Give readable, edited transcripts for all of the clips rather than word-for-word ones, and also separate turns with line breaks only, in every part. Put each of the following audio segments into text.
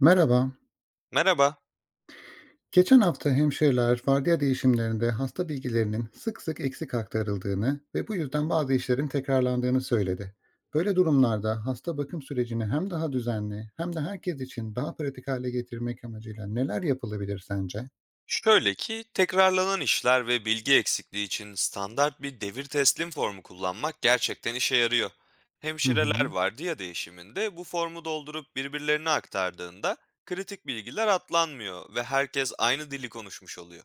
Merhaba.
Merhaba.
Geçen hafta hemşireler vardiya değişimlerinde hasta bilgilerinin sık sık eksik aktarıldığını ve bu yüzden bazı işlerin tekrarlandığını söyledi. Böyle durumlarda hasta bakım sürecini hem daha düzenli hem de herkes için daha pratik hale getirmek amacıyla neler yapılabilir sence?
Şöyle ki, tekrarlanan işler ve bilgi eksikliği için standart bir devir teslim formu kullanmak gerçekten işe yarıyor.
Hı
Hemşireler
hı.
vardiya değişiminde bu formu doldurup birbirlerine aktardığında kritik bilgiler atlanmıyor ve herkes aynı dili konuşmuş oluyor.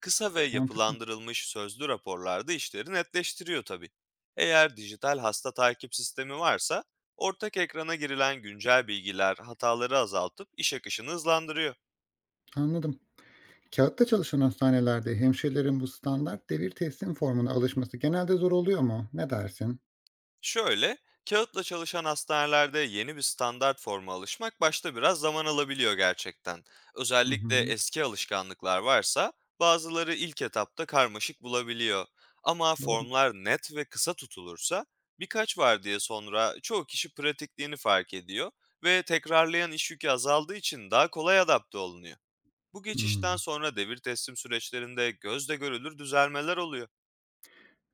Kısa ve
Mantıklı.
yapılandırılmış sözlü raporlarda işleri netleştiriyor tabii. Eğer dijital hasta takip sistemi varsa, ortak ekrana girilen güncel bilgiler hataları azaltıp iş akışını hızlandırıyor.
Anladım. Kağıtta çalışan hastanelerde hemşirelerin bu standart devir teslim formuna alışması genelde zor oluyor mu? Ne dersin?
Şöyle, kağıtla çalışan hastanelerde yeni bir standart forma alışmak başta biraz zaman alabiliyor gerçekten.
Hı
Özellikle
hı.
eski alışkanlıklar varsa, bazıları ilk etapta karmaşık bulabiliyor. Ama
Doğru.
formlar net ve kısa tutulursa, birkaç var diye sonra çoğu kişi pratikliğini fark ediyor ve tekrarlayan iş yükü azaldığı için daha kolay adapte olunuyor. Bu geçişten
Hmm.
sonra devir teslim süreçlerinde gözle görülür düzelmeler oluyor.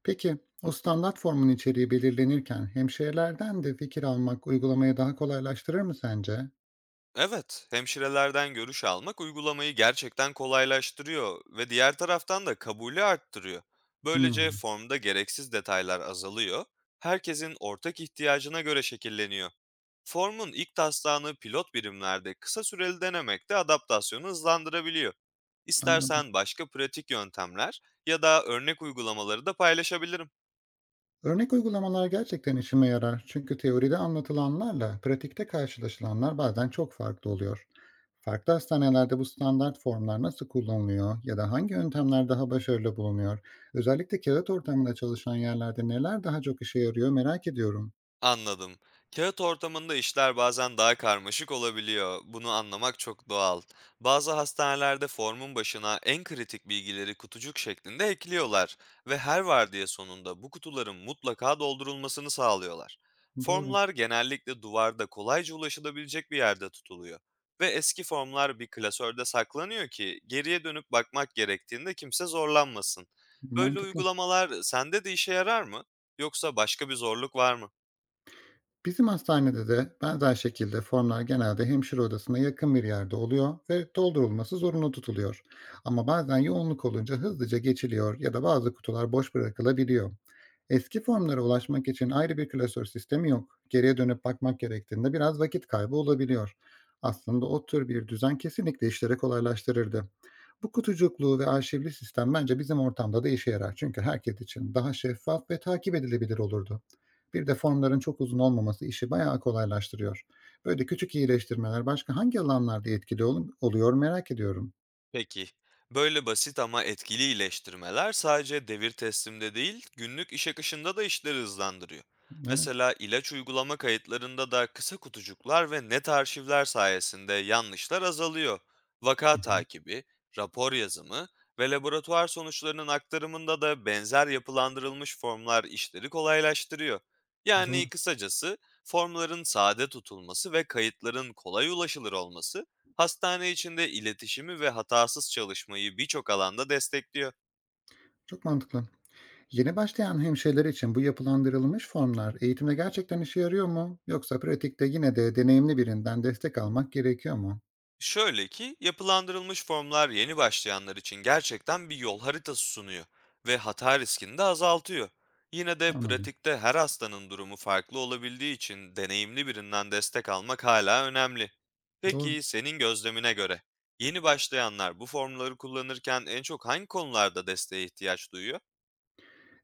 Peki, o standart formun içeriği belirlenirken hemşirelerden de fikir almak uygulamayı daha kolaylaştırır mı sence?
Evet, hemşirelerden görüş almak uygulamayı gerçekten kolaylaştırıyor ve diğer taraftan da kabulü arttırıyor. Böylece
Hmm,
formda gereksiz detaylar azalıyor, herkesin ortak ihtiyacına göre şekilleniyor. Formun ilk taslağını pilot birimlerde kısa süreli denemek de adaptasyonu hızlandırabiliyor.
anladım.
İstersen başka pratik yöntemler ya da örnek uygulamaları da paylaşabilirim.
Örnek uygulamalar gerçekten işime yarar. Çünkü teoride anlatılanlarla pratikte karşılaşılanlar bazen çok farklı oluyor. Farklı hastanelerde bu standart formlar nasıl kullanılıyor ya da hangi yöntemler daha başarılı bulunuyor? Özellikle kağıt ortamında çalışan yerlerde neler daha çok işe yarıyor merak ediyorum.
Anladım. Kağıt ortamında işler bazen daha karmaşık olabiliyor. Bunu anlamak çok doğal. Bazı hastanelerde formun başına en kritik bilgileri kutucuk şeklinde ekliyorlar ve her vardiya sonunda bu kutuların mutlaka doldurulmasını sağlıyorlar.
Doğru,
Formlar genellikle duvarda kolayca ulaşılabilecek bir yerde tutuluyor ve eski formlar bir klasörde saklanıyor ki geriye dönüp bakmak gerektiğinde kimse zorlanmasın. Böyle
mantıklı.
uygulamalar sende de işe yarar mı? Yoksa başka bir zorluk var mı?
Bizim hastanede de benzer şekilde formlar genelde hemşire odasına yakın bir yerde oluyor ve doldurulması zorunlu tutuluyor. Ama bazen yoğunluk olunca hızlıca geçiliyor ya da bazı kutular boş bırakılabiliyor. Eski formlara ulaşmak için ayrı bir klasör sistemi yok. Geriye dönüp bakmak gerektiğinde biraz vakit kaybı olabiliyor. Aslında o tür bir düzen kesinlikle işleri kolaylaştırırdı. Bu kutucukluğu ve arşivli sistem bence bizim ortamda da işe yarar. Çünkü herkes için daha şeffaf ve takip edilebilir olurdu. Bir de formların çok uzun olmaması işi bayağı kolaylaştırıyor. Böyle küçük iyileştirmeler başka hangi alanlarda etkili oluyor merak ediyorum.
Peki. Böyle basit ama etkili iyileştirmeler sadece devir teslimde değil, günlük iş akışında da işleri hızlandırıyor.
Evet.
Mesela ilaç uygulama kayıtlarında da kısa kutucuklar ve net arşivler sayesinde yanlışlar azalıyor. Vaka
Hı hı.
takibi, rapor yazımı ve laboratuvar sonuçlarının aktarımında da benzer yapılandırılmış formlar işleri kolaylaştırıyor.
Doğru.
Yani kısacası, formların sade tutulması ve kayıtların kolay ulaşılır olması hastane içinde iletişimi ve hatasız çalışmayı birçok alanda destekliyor.
Çok mantıklı. Yeni başlayan hemşireler için bu yapılandırılmış formlar eğitimde gerçekten işe yarıyor mu? Yoksa pratikte yine de deneyimli birinden destek almak gerekiyor mu?
Şöyle ki, yapılandırılmış formlar yeni başlayanlar için gerçekten bir yol haritası sunuyor ve hata riskini de azaltıyor. Yine de
Anladım.
pratikte her hastanın durumu farklı olabildiği için deneyimli birinden destek almak hala önemli.
Doğru.
Peki, senin gözlemine göre yeni başlayanlar bu formları kullanırken en çok hangi konularda desteğe ihtiyaç duyuyor?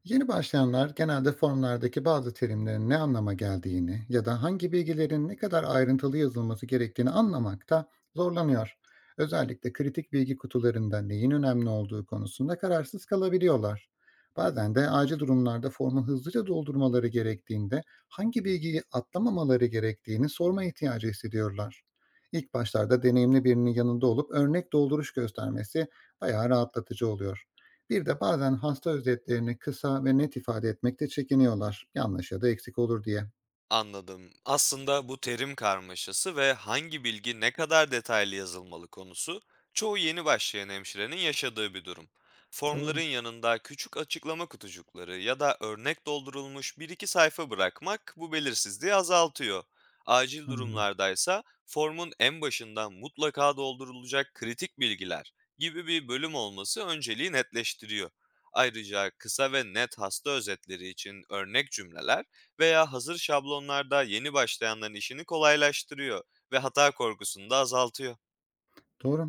Yeni başlayanlar genelde formlardaki bazı terimlerin ne anlama geldiğini ya da hangi bilgilerin ne kadar ayrıntılı yazılması gerektiğini anlamakta zorlanıyor. Özellikle kritik bilgi kutularında neyin önemli olduğu konusunda kararsız kalabiliyorlar. Bazen de acil durumlarda formu hızlıca doldurmaları gerektiğinde hangi bilgiyi atlamamaları gerektiğini sorma ihtiyacı hissediyorlar. İlk başlarda deneyimli birinin yanında olup örnek dolduruş göstermesi bayağı rahatlatıcı oluyor. Bir de bazen hasta özetlerini kısa ve net ifade etmekte çekiniyorlar, yanlış ya da eksik olur diye.
Anladım. Aslında bu terim karmaşası ve hangi bilgi ne kadar detaylı yazılmalı konusu, çoğu yeni başlayan hemşirenin yaşadığı bir durum. Formların
Doğru,
yanında küçük açıklama kutucukları ya da örnek doldurulmuş bir iki sayfa bırakmak bu belirsizliği azaltıyor. Acil
anladım.
durumlardaysa formun en başından mutlaka doldurulacak kritik bilgiler gibi bir bölüm olması önceliği netleştiriyor. Ayrıca kısa ve net hasta özetleri için örnek cümleler veya hazır şablonlarda yeni başlayanların işini kolaylaştırıyor ve hata korkusunu da azaltıyor.
Doğru.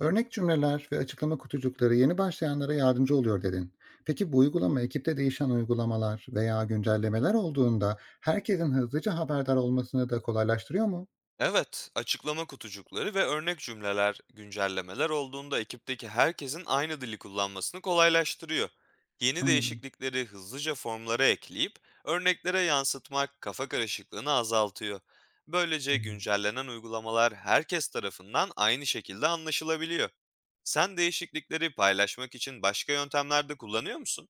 Örnek cümleler ve açıklama kutucukları yeni başlayanlara yardımcı oluyor dedin. Peki bu uygulama ekipte değişen uygulamalar veya güncellemeler olduğunda herkesin hızlıca haberdar olmasını da kolaylaştırıyor mu?
Evet, açıklama kutucukları ve örnek cümleler, güncellemeler olduğunda ekipteki herkesin aynı dili kullanmasını kolaylaştırıyor. Yeni
Anladım.
değişiklikleri hızlıca formlara ekleyip örneklere yansıtmak kafa karışıklığını azaltıyor. Böylece
Anladım.
güncellenen uygulamalar herkes tarafından aynı şekilde anlaşılabiliyor. Sen değişiklikleri paylaşmak için başka yöntemler de kullanıyor musun?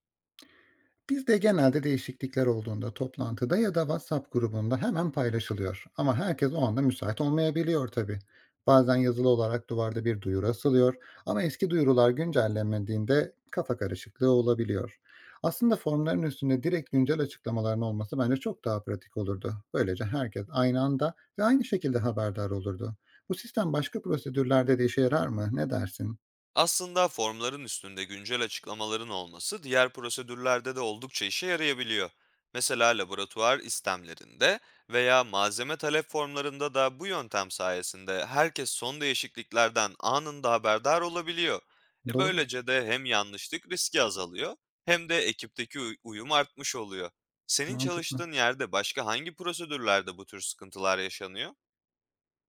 Biz de genelde değişiklikler olduğunda toplantıda ya da WhatsApp grubunda hemen paylaşılıyor. Ama herkes o anda müsait olmayabiliyor tabii. Bazen yazılı olarak duvarda bir duyuru asılıyor ama eski duyurular güncellenmediğinde kafa karışıklığı olabiliyor. Aslında formların üstünde direkt güncel açıklamaların olması bence çok daha pratik olurdu. Böylece herkes aynı anda ve aynı şekilde haberdar olurdu. Bu sistem başka prosedürlerde de işe yarar mı? Ne dersin?
Aslında formların üstünde güncel açıklamaların olması diğer prosedürlerde de oldukça işe yarayabiliyor. Mesela laboratuvar istemlerinde veya malzeme talep formlarında da bu yöntem sayesinde herkes son değişikliklerden anında haberdar olabiliyor. E
Doğru,
böylece de hem yanlışlık riski azalıyor hem de ekipteki uyum artmış oluyor. Senin
mantıklı.
çalıştığın yerde başka hangi prosedürlerde bu tür sıkıntılar yaşanıyor?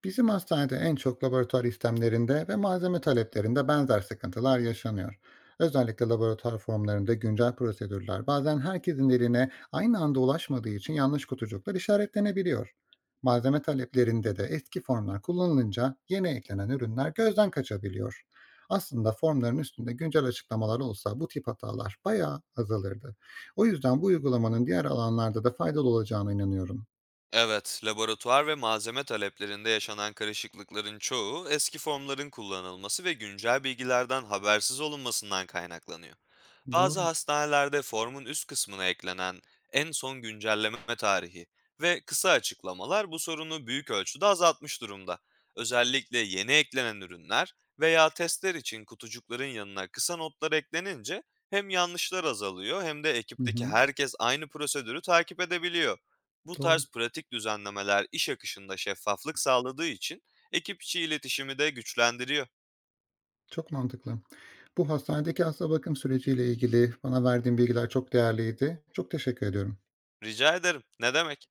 Bizim hastanede en çok laboratuvar istemlerinde ve malzeme taleplerinde benzer sıkıntılar yaşanıyor. Özellikle laboratuvar formlarında güncel prosedürler bazen herkesin eline aynı anda ulaşmadığı için yanlış kutucuklar işaretlenebiliyor. Malzeme taleplerinde de eski formlar kullanılınca yeni eklenen ürünler gözden kaçabiliyor. Aslında formların üstünde güncel açıklamalar olsa bu tip hatalar bayağı azalırdı. O yüzden bu uygulamanın diğer alanlarda da faydalı olacağına inanıyorum.
Evet, laboratuvar ve malzeme taleplerinde yaşanan karışıklıkların çoğu, eski formların kullanılması ve güncel bilgilerden habersiz olunmasından kaynaklanıyor. Bazı
Doğru.
hastanelerde formun üst kısmına eklenen en son güncelleme tarihi ve kısa açıklamalar bu sorunu büyük ölçüde azaltmış durumda. Özellikle yeni eklenen ürünler veya testler için kutucukların yanına kısa notlar eklenince hem yanlışlar azalıyor hem de
Hı
ekipteki
hı.
herkes aynı prosedürü takip edebiliyor. Bu
Doğru.
tarz pratik düzenlemeler iş akışında şeffaflık sağladığı için ekip içi iletişimi de güçlendiriyor.
Çok mantıklı. Bu hastanedeki hasta bakım süreciyle ilgili bana verdiğin bilgiler çok değerliydi. Çok teşekkür ediyorum.
Rica ederim. Ne demek?